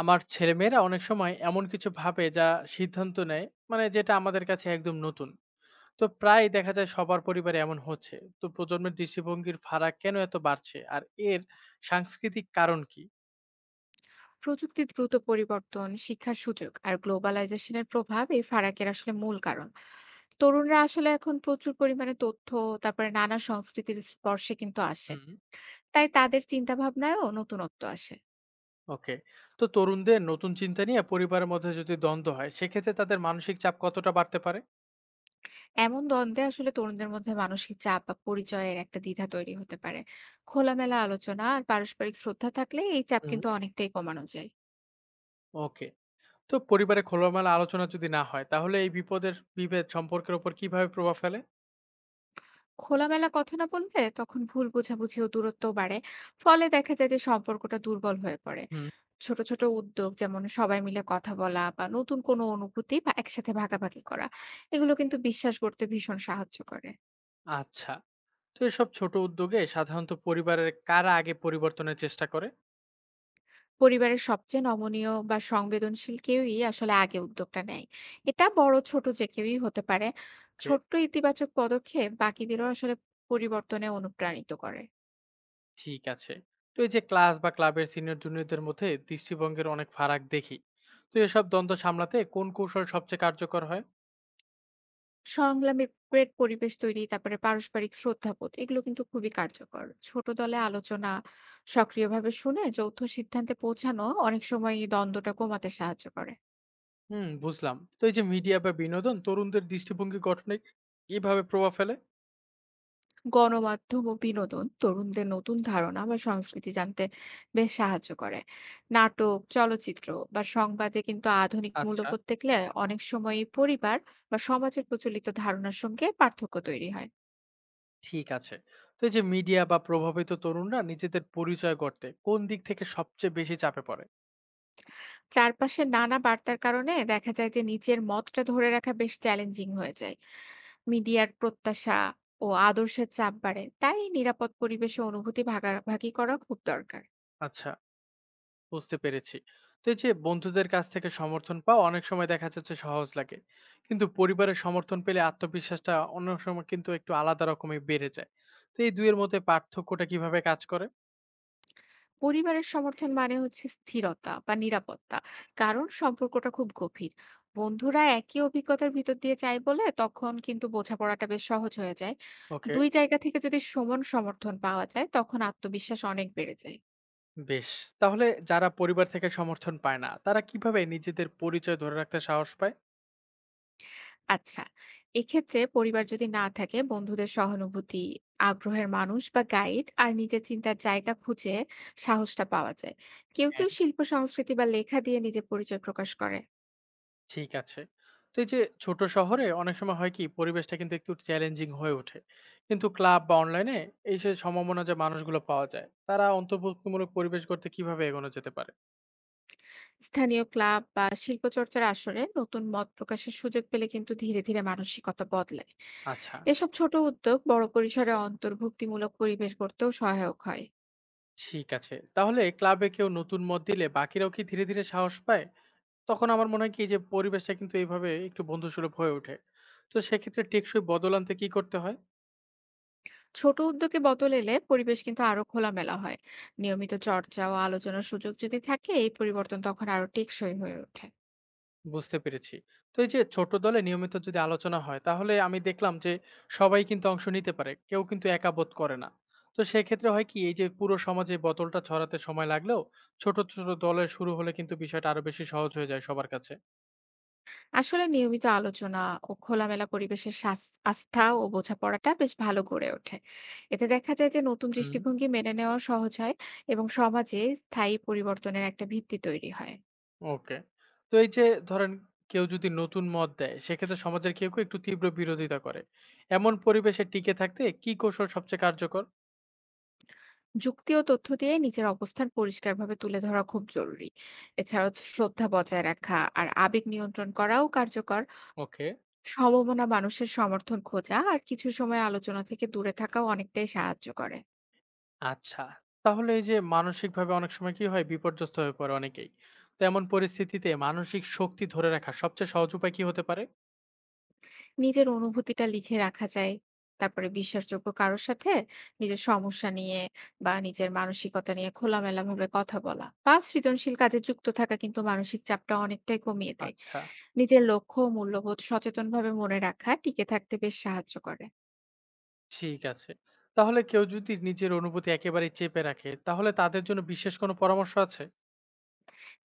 আমার ছেলেমেয়েরা অনেক সময় এমন কিছু ভাবে, যা সিদ্ধান্ত নেয় মানে যেটা আমাদের কাছে একদম নতুন। তো প্রায় দেখা যায় সবার পরিবারে এমন হচ্ছে। তো প্রজন্মের দৃষ্টিভঙ্গির ফারাক কেন এত বাড়ছে আর এর সাংস্কৃতিক কারণ কি? প্রযুক্তির দ্রুত পরিবর্তন, শিক্ষার সুযোগ আর গ্লোবালাইজেশনের প্রভাব এই ফারাকের আসলে মূল কারণ। তরুণরা আসলে এখন প্রচুর পরিমাণে তথ্য, তারপরে নানা সংস্কৃতির স্পর্শে কিন্তু আসে। হুম। তাই তাদের চিন্তা ভাবনায়ও নতুনত্ব আসে। ওকে। তো তরুণদের নতুন চিন্তা নিয়ে পরিবারের মধ্যে যদি দ্বন্দ্ব হয়, সেক্ষেত্রে তাদের মানসিক চাপ কতটা বাড়তে পারে? এমন দ্বন্দ্বে আসলে তরুণদের মধ্যে মানসিক চাপ বা পরিচয়ের একটা দ্বিধা তৈরি হতে পারে। খোলামেলা আলোচনা আর পারস্পরিক শ্রদ্ধা থাকলে এই চাপ হুম। কিন্তু অনেকটাই কমানো যায়। ওকে। তো পরিবারে খোলামেলা আলোচনা যদি না হয়, তাহলে এই বিপদের বিভেদ সম্পর্কের উপর কিভাবে প্রভাব ফেলে? খোলামেলা কথা না বললে তখন ভুল বোঝাবুঝি ও দূরত্ব বাড়ে। ফলে দেখা যায় যে সম্পর্কটা দুর্বল হয়ে পড়ে। হুম। ছোট ছোট উদ্যোগ, যেমন সবাই মিলে কথা বলা বা নতুন কোনো অনুভূতি বা একসাথে ভাগাভাগি করা, এগুলো কিন্তু বিশ্বাস করতে ভীষণ সাহায্য করে। আচ্ছা। তো এসব ছোট উদ্যোগে সাধারণত পরিবারের কারা আগে পরিবর্তনের চেষ্টা করে? পরিবারের সবচেয়ে নমনীয় বা সংবেদনশীল কেউই আসলে আগে উদ্যোগটা নেয়। এটা বড় ছোট যে কেউই হতে পারে। ওকে। ছোট্ট ইতিবাচক পদক্ষেপ বাকিদেরও আসলে পরিবর্তনে অনুপ্রাণিত করে। ঠিক আছে। তো এই যে ক্লাস বা ক্লাবের সিনিয়র জুনিয়রদের মধ্যে দৃষ্টিভঙ্গির অনেক ফারাক দেখি, তো এসব দ্বন্দ্ব সামলাতে কোন কৌশল সবচেয়ে কার্যকর হয়? সংগ্রামের প্রেট পরিবেশ তৈরি, তারপরে পারস্পরিক শ্রদ্ধাবোধ, এগুলো কিন্তু খুবই কার্যকর। ছোট দলে আলোচনা, সক্রিয়ভাবে শুনে যৌথ সিদ্ধান্তে পৌঁছানো অনেক সময় এই দ্বন্দ্বটা কমাতে সাহায্য করে। হুম, বুঝলাম। তো এই যে মিডিয়া বা বিনোদন তরুণদের দৃষ্টিভঙ্গি গঠনে কিভাবে প্রভাব ফেলে? গণমাধ্যম ও বিনোদন তরুণদের নতুন ধারণা বা সংস্কৃতি জানতে বেশ সাহায্য করে। নাটক, চলচ্চিত্র বা সংবাদে কিন্তু আধুনিক আচ্ছা। মূল্যবোধ দেখলে অনেক সময় পরিবার বা সমাজের প্রচলিত ধারণার সঙ্গে পার্থক্য তৈরি হয়। ঠিক আছে। তো এই যে মিডিয়া বা প্রভাবিত তরুণরা নিজেদের পরিচয় গড়তে কোন দিক থেকে সবচেয়ে বেশি চাপে পড়ে? চারপাশে নানা বার্তার কারণে দেখা যায় যে নিজের মতটা ধরে রাখা বেশ চ্যালেঞ্জিং হয়ে যায়। মিডিয়ার প্রত্যাশা ও আদর্শের চাপ বাড়ে, তাই নিরাপদ পরিবেশে অনুভূতি ভাগাভাগি করা খুব দরকার। আচ্ছা, বুঝতে পেরেছি। তো এই যে বন্ধুদের কাছ থেকে সমর্থন পাওয়া অনেক সময় দেখা যাচ্ছে সহজ লাগে, কিন্তু পরিবারের সমর্থন পেলে আত্মবিশ্বাসটা অন্য সময় কিন্তু একটু আলাদা রকমের বেড়ে যায়। তো এই দুইয়ের মধ্যে পার্থক্যটা কিভাবে কাজ করে? পরিবারের সমর্থন মানে হচ্ছে স্থিরতা বা নিরাপত্তা, কারণ সম্পর্কটা খুব গভীর। বন্ধুরা একই অভিজ্ঞতার ভিতর দিয়ে যায় বলে তখন কিন্তু বোঝাপড়াটা বেশ সহজ হয়ে যায়। ওকে। দুই জায়গা থেকে যদি সমান সমর্থন পাওয়া যায় তখন আত্মবিশ্বাস অনেক বেড়ে যায়। বেশ। তাহলে যারা পরিবার থেকে সমর্থন পায় না, তারা কিভাবে নিজেদের পরিচয় ধরে রাখতে সাহস পায়? আচ্ছা, এক্ষেত্রে পরিবার যদি না থাকে, বন্ধুদের সহানুভূতি, আগ্রহের মানুষ বা গাইড আর নিজের চিন্তার জায়গা খুঁজে সাহসটা পাওয়া যায়। কেউ, কেউ শিল্প সংস্কৃতি বা লেখা দিয়ে নিজের পরিচয় প্রকাশ করে। ঠিক আছে। তো এই যে ছোট শহরে অনেক সময় হয় কি, পরিবেশটা কিন্তু একটু চ্যালেঞ্জিং হয়ে ওঠে। কিন্তু ক্লাব বা অনলাইনে এই যে সম্ভাবনা, যে মানুষগুলো পাওয়া যায়, তারা অন্তর্ভুক্তিমূলক পরিবেশ করতে কিভাবে এগোনো যেতে পারে? স্থানীয় ক্লাব বা শিল্পচর্চার আসরে নতুন মত প্রকাশের সুযোগ পেলে কিন্তু ধীরে, ধীরে মানসিকতা বদলায়। আচ্ছা, এসব ছোট উদ্যোগ বড় পরিসরে অন্তর্ভুক্তিমূলক পরিবেশ গড়তেও সহায়ক হয়। ঠিক আছে। তাহলে ক্লাবে কেউ নতুন মত দিলে বাকিরাও কি ধীরে, ধীরে সাহস পায়? তখন আমার মনে হয় কি যে পরিবেশটা কিন্তু এইভাবে একটু বন্ধুসুলভ হয়ে ওঠে। তো সেক্ষেত্রে টেকসই বদল আনতে কি করতে হয়? ছোট উদ্যোগে বদল এলে পরিবেশ কিন্তু আরো খোলামেলা হয়। নিয়মিত চর্চা ও আলোচনার সুযোগ যদি থাকে, এই পরিবর্তন তখন আরো টেকসই হয়ে ওঠে। বুঝতে পেরেছি। তো এই যে ছোট দলে নিয়মিত যদি আলোচনা হয়, তাহলে আমি দেখলাম যে সবাই কিন্তু অংশ নিতে পারে। কেউ কিন্তু একা বোধ করে না। তো সেক্ষেত্রে হয় কি, এই যে পুরো সমাজে বোতলটা ছড়াতে সময় লাগলেও ছোট, ছোট দলে শুরু হলে কিন্তু বিষয়টা আরো বেশি সহজ হয়ে যায় সবার কাছে। আসলে নিয়মিত আলোচনা ও খোলামেলা পরিবেশের আস্থা ও বোঝাপড়াটা বেশ ভালো গড়ে ওঠে। এতে দেখা যায় যে নতুন হুম। দৃষ্টিভঙ্গি মেনে নেওয়া সহজ হয়, এবং সমাজে স্থায়ী পরিবর্তনের একটা ভিত্তি তৈরি হয়। ওকে। তো এই যে ধরেন, কেউ যদি নতুন মত দেয়, সেক্ষেত্রে সমাজের কেউ, কেউ একটু তীব্র বিরোধিতা করে। এমন পরিবেশে টিকে থাকতে কি কৌশল সবচেয়ে কার্যকর? যুক্তি ও তথ্য দিয়ে নিজের অবস্থান পরিষ্কারভাবে তুলে ধরা খুব জরুরি। এছাড়াও শ্রদ্ধা বজায় রাখা আর আবেগ নিয়ন্ত্রণ করাও কার্যকর। ওকে। সমমনা মানুষের সমর্থন খোঁজা আর কিছু সময় আলোচনা থেকে দূরে থাকাও অনেকটাই সাহায্য করে। আচ্ছা। তাহলে এই যে মানসিকভাবে অনেক সময় কি হয়, বিপর্যস্ত হয়ে পড়ে অনেকেই। তো এমন পরিস্থিতিতে মানসিক শক্তি ধরে রাখার সবচেয়ে সহজ উপায় কি হতে পারে? নিজের অনুভূতিটা লিখে রাখা যায়, তারপরে বিশ্বাসযোগ্য কারোর সাথে নিজের সমস্যা নিয়ে বা নিজের মানসিকতা নিয়ে খোলামেলা ভাবে কথা বলা, বা সৃজনশীল কাজে যুক্ত থাকা কিন্তু মানসিক চাপটা অনেকটাই কমিয়ে দেয়। আচ্ছা, নিজের লক্ষ্য ও মূল্যবোধ সচেতনভাবে মনে রাখা টিকে থাকতে বেশ সাহায্য করে। ঠিক আছে। তাহলে কেউ যদি নিজের অনুভূতি একেবারেই চেপে রাখে, তাহলে তাদের জন্য বিশেষ কোনো পরামর্শ আছে?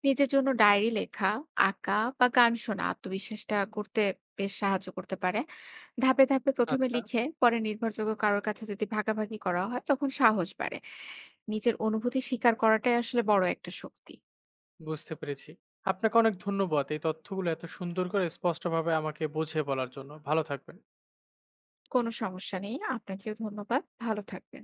নিজের জন্য ডায়েরি লেখা, আঁকা বা গান শোনা আত্মবিশ্বাসটা করতে বেশ সাহায্য করতে পারে। ধাপে, ধাপে ১ম এ আচ্ছা, লিখে পরে নির্ভরযোগ্য কারোর কাছে যদি ভাগাভাগি করা হয় তখন সাহস বাড়ে। নিজের অনুভূতি স্বীকার করাটাই আসলে বড় একটা শক্তি। বুঝতে পেরেছি। আপনাকে অনেক ধন্যবাদ এই তথ্যগুলো এত সুন্দর করে স্পষ্টভাবে আমাকে বুঝিয়ে বলার জন্য। ভালো থাকবেন। কোনো সমস্যা নেই। আপনাকেও ধন্যবাদ। ভালো থাকবেন।